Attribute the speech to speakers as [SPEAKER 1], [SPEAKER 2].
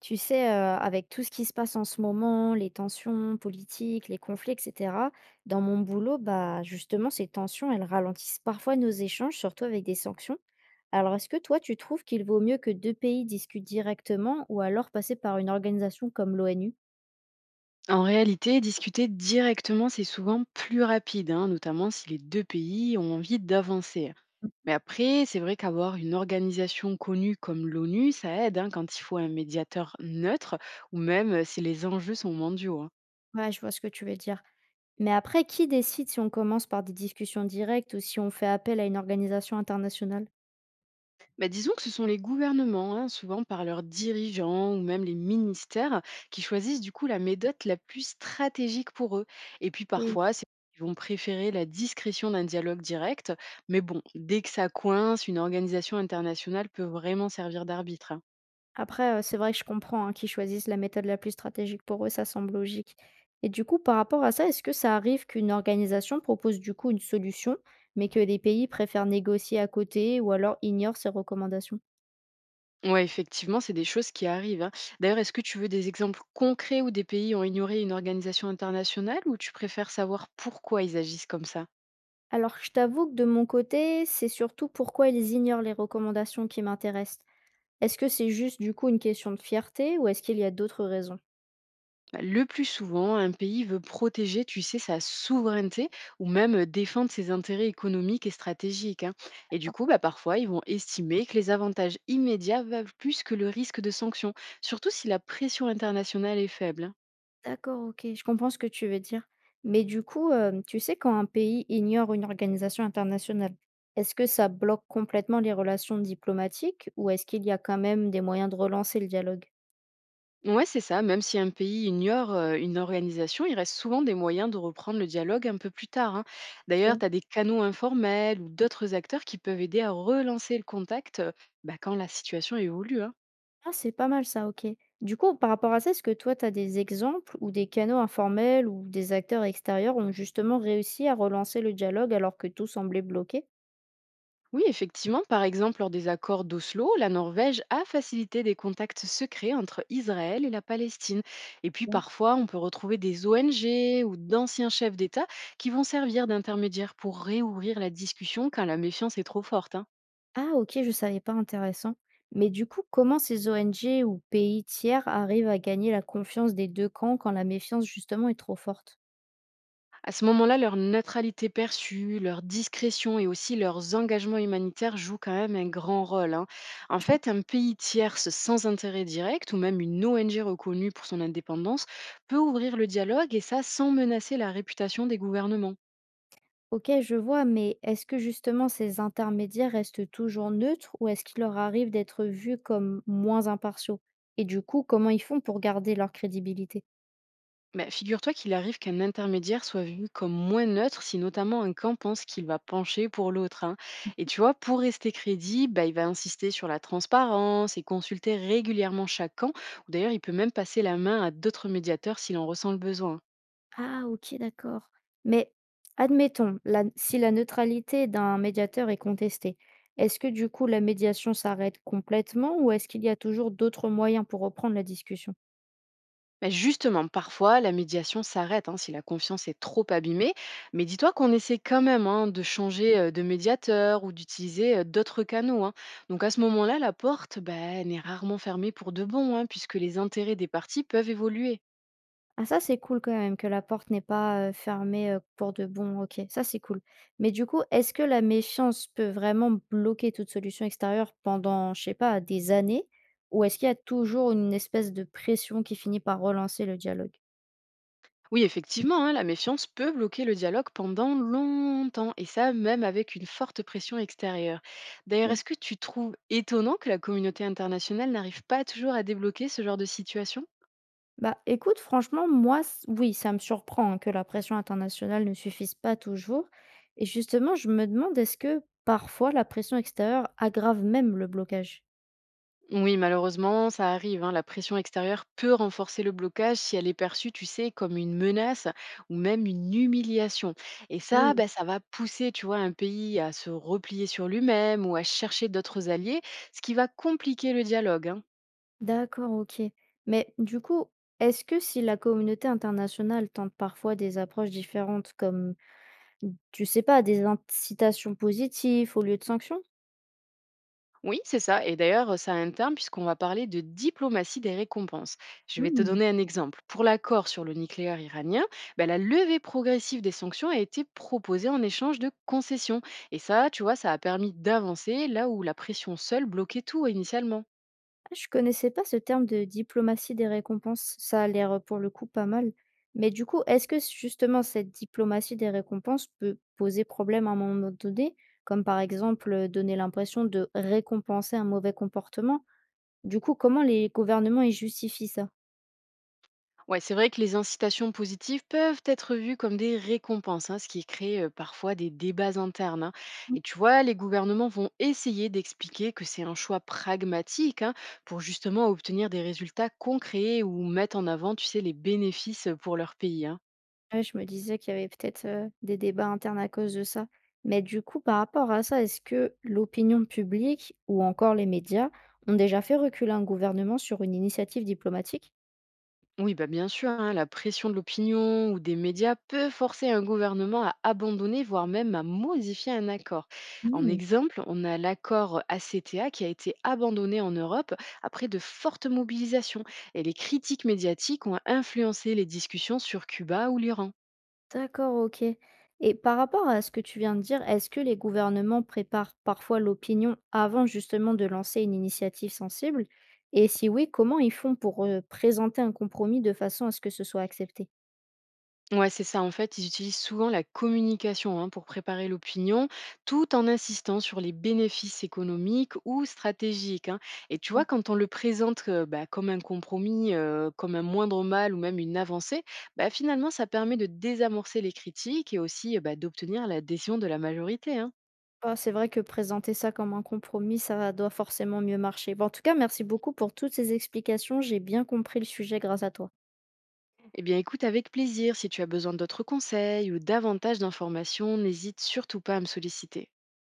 [SPEAKER 1] Tu sais, avec tout ce qui se passe en ce moment, les tensions politiques, les conflits et cetera, dans mon boulot, bah, justement, ces tensions, elles ralentissent parfois nos échanges, surtout avec des sanctions. Alors, est-ce que toi, tu trouves qu'il vaut mieux que 2 pays discutent directement ou alors passer par une organisation comme l'ONU?
[SPEAKER 2] En réalité, discuter directement, c'est souvent plus rapide, hein, notamment si les deux pays ont envie d'avancer. Mais après, c'est vrai qu'avoir une organisation connue comme l'ONU, ça aide hein, quand il faut un médiateur neutre ou même si les enjeux sont mondiaux, hein.
[SPEAKER 1] Ouais, je vois ce que tu veux dire. Mais après, qui décide si on commence par des discussions directes ou si on fait appel à une organisation internationale?
[SPEAKER 2] Bah, disons que ce sont les gouvernements, hein, souvent par leurs dirigeants ou même les ministères, qui choisissent du coup la méthode la plus stratégique pour eux. Et puis parfois, c'est ils vont préférer la discrétion d'un dialogue direct. Mais bon, dès que ça coince, une organisation internationale peut vraiment servir d'arbitre, hein.
[SPEAKER 1] Après, c'est vrai que je comprends, hein, qu'ils choisissent la méthode la plus stratégique pour eux, ça semble logique. Et du coup, par rapport à ça, est-ce que ça arrive qu'une organisation propose du coup une solution, mais que les pays préfèrent négocier à côté ou alors ignorent ces recommandations?
[SPEAKER 2] Ouais, effectivement, c'est des choses qui arrivent, hein. D'ailleurs, est-ce que tu veux des exemples concrets où des pays ont ignoré une organisation internationale ou tu préfères savoir pourquoi ils agissent comme ça?
[SPEAKER 1] Alors, je t'avoue que de mon côté, c'est surtout pourquoi ils ignorent les recommandations qui m'intéressent. Est-ce que c'est juste du coup une question de fierté ou est-ce qu'il y a d'autres raisons?
[SPEAKER 2] Bah, le plus souvent, un pays veut protéger, tu sais, sa souveraineté ou même défendre ses intérêts économiques et stratégiques, hein. Et du coup, bah, parfois, ils vont estimer que les avantages immédiats valent plus que le risque de sanctions, surtout si la pression internationale est faible, hein.
[SPEAKER 1] D'accord, OK, je comprends ce que tu veux dire. Mais du coup, tu sais quand un pays ignore une organisation internationale, est-ce que ça bloque complètement les relations diplomatiques ou est-ce qu'il y a quand même des moyens de relancer le dialogue?
[SPEAKER 2] Ouais, c'est ça. Même si un pays ignore une organisation, il reste souvent des moyens de reprendre le dialogue un peu plus tard, hein. D'ailleurs,
[SPEAKER 1] Bon.
[SPEAKER 2] tu as des canaux informels ou d'autres acteurs qui peuvent aider à relancer le contact, bah, quand la situation évolue, hein.
[SPEAKER 1] Ah, c'est pas mal ça, OK. Du coup, par rapport à ça, est-ce que toi, tu as des exemples où des canaux informels ou des acteurs extérieurs ont justement réussi à relancer le dialogue alors que tout semblait bloqué?
[SPEAKER 2] Oui, effectivement, par exemple, lors des accords d'Oslo, la Norvège a facilité des contacts secrets entre Israël et la Palestine. Et puis parfois, on peut retrouver des ONG ou d'anciens chefs d'État qui vont servir d'intermédiaires pour réouvrir la discussion quand la méfiance est trop forte, hein.
[SPEAKER 1] Ah, OK, je savais pas, intéressant. Mais du coup, comment ces ONG ou pays tiers arrivent à gagner la confiance des 2 camps quand la méfiance justement est trop forte?
[SPEAKER 2] À ce moment-là, leur neutralité perçue, leur discrétion et aussi leurs engagements humanitaires jouent quand même un grand rôle, hein. En
[SPEAKER 1] Tu vois.
[SPEAKER 2] fait, un pays tierce sans intérêt direct ou même une ONG reconnue pour son indépendance peut ouvrir le dialogue et ça sans menacer la réputation des gouvernements.
[SPEAKER 1] OK, je vois, mais est-ce que justement ces intermédiaires restent toujours neutres ou est-ce qu'il leur arrive d'être vus comme moins impartiaux? Et du coup, comment ils font pour garder leur crédibilité?
[SPEAKER 2] Bah, figure-toi qu'il arrive qu'un intermédiaire soit vu comme moins neutre si notamment un camp pense qu'il va pencher pour l'autre, hein. Et tu vois, pour rester crédible, bah, il va insister sur la transparence et consulter régulièrement chaque camp. Ou d'ailleurs, il peut même passer la main à d'autres médiateurs s'il en ressent le besoin.
[SPEAKER 1] Ah, OK, d'accord. Mais admettons, la si la neutralité d'un médiateur est contestée, est-ce que du coup la médiation s'arrête complètement ou est-ce qu'il y a toujours d'autres moyens pour reprendre la discussion?
[SPEAKER 2] Bah, justement, parfois, la médiation s'arrête hein, si la confiance est trop abîmée. Mais dis-toi qu'on essaie quand même hein, de changer de médiateur ou d'utiliser d'autres canaux, hein. Donc à ce moment-là, la porte bah, elle n'est rarement fermée pour de bon, hein, puisque les intérêts des parties peuvent évoluer.
[SPEAKER 1] Ah, ça c'est cool quand même que la porte n'est pas, fermée, pour de bon, OK, ça c'est cool. Mais du coup, est-ce que la méfiance peut vraiment bloquer toute solution extérieure pendant, je sais pas, des années? Ou est-ce qu'il y a toujours une espèce de pression qui finit par relancer le dialogue?
[SPEAKER 2] Oui, effectivement, hein, la méfiance peut bloquer le dialogue pendant longtemps, et ça même avec une forte pression extérieure. D'ailleurs, est-ce que tu trouves étonnant que la communauté internationale n'arrive pas toujours à débloquer ce genre de situation?
[SPEAKER 1] Bah, écoute, franchement, moi, oui, ça me surprend, hein, que la pression internationale ne suffise pas toujours. Et justement, je me demande, est-ce que parfois la pression extérieure aggrave même le blocage?
[SPEAKER 2] Oui, malheureusement, ça arrive, hein. La pression extérieure peut renforcer le blocage si elle est perçue, tu sais, comme une menace ou même une humiliation. Et
[SPEAKER 1] Ah
[SPEAKER 2] ça,
[SPEAKER 1] oui.
[SPEAKER 2] bah, ça va pousser, tu vois, un pays à se replier sur lui-même ou à chercher d'autres alliés, ce qui va compliquer le dialogue, hein.
[SPEAKER 1] D'accord, ok. Mais du coup, est-ce que si la communauté internationale tente parfois des approches différentes, comme, tu sais pas, des incitations positives au lieu de sanctions?
[SPEAKER 2] Oui, c'est ça. Et d'ailleurs, ça a un terme puisqu'on va parler de diplomatie des récompenses. Je vais te donner un exemple. Pour l'accord sur le nucléaire iranien, ben, la levée progressive des sanctions a été proposée en échange de concessions. Et ça, tu vois, ça a permis d'avancer là où la pression seule bloquait tout initialement.
[SPEAKER 1] Je connaissais pas ce terme de diplomatie des récompenses. Ça a l'air, pour le coup pas mal. Mais du coup, est-ce que s justement cette diplomatie des récompenses peut poser problème à un moment donné? Comme par exemple, donner l'impression de récompenser un mauvais comportement? Du coup, comment les gouvernements, ils justifient ça?
[SPEAKER 2] Ouais, c'est vrai que les incitations positives peuvent être vues comme des récompenses, hein, ce qui crée parfois des débats internes, hein.
[SPEAKER 1] Mmh.
[SPEAKER 2] Et tu vois, les gouvernements vont essayer d'expliquer que c'est un choix pragmatique hein, pour justement obtenir des résultats concrets ou mettre en avant, tu sais, les bénéfices pour leur pays, hein.
[SPEAKER 1] Ouais, je me disais qu'il y avait peut-être, des débats internes à cause de ça. Mais du coup, par rapport à ça, est-ce que l'opinion publique ou encore les médias ont déjà fait reculer un gouvernement sur une initiative diplomatique?
[SPEAKER 2] Oui, bah bien sûr, hein, la pression de l'opinion ou des médias peut forcer un gouvernement à abandonner, voire même à modifier un accord. En
[SPEAKER 1] Mmh.
[SPEAKER 2] exemple, on a l'accord ACTA qui a été abandonné en Europe après de fortes mobilisations et les critiques médiatiques ont influencé les discussions sur Cuba ou l'Iran.
[SPEAKER 1] D'accord, OK. Et par rapport à ce que tu viens de dire, est-ce que les gouvernements préparent parfois l'opinion avant justement de lancer une initiative sensible? Et si oui, comment ils font pour, présenter un compromis de façon à ce que ce soit accepté?
[SPEAKER 2] Ouais, c'est ça. En fait, ils utilisent souvent la communication hein, pour préparer l'opinion, tout en insistant sur les bénéfices économiques ou stratégiques, hein. Et tu vois,
[SPEAKER 1] Quand.
[SPEAKER 2] quand on le présente bah, comme un compromis, comme un moindre mal ou même une avancée, bah, finalement, ça permet de désamorcer les critiques et aussi bah, d'obtenir l'adhésion de la majorité, hein.
[SPEAKER 1] Bah, c'est vrai que présenter ça comme un compromis, ça doit forcément mieux marcher. Bah, en tout cas, merci beaucoup pour toutes ces explications, j'ai bien compris le sujet grâce à toi.
[SPEAKER 2] Eh bien, écoute avec plaisir. Si tu as besoin d'autres conseils ou davantage d'informations, n'hésite surtout pas à me solliciter.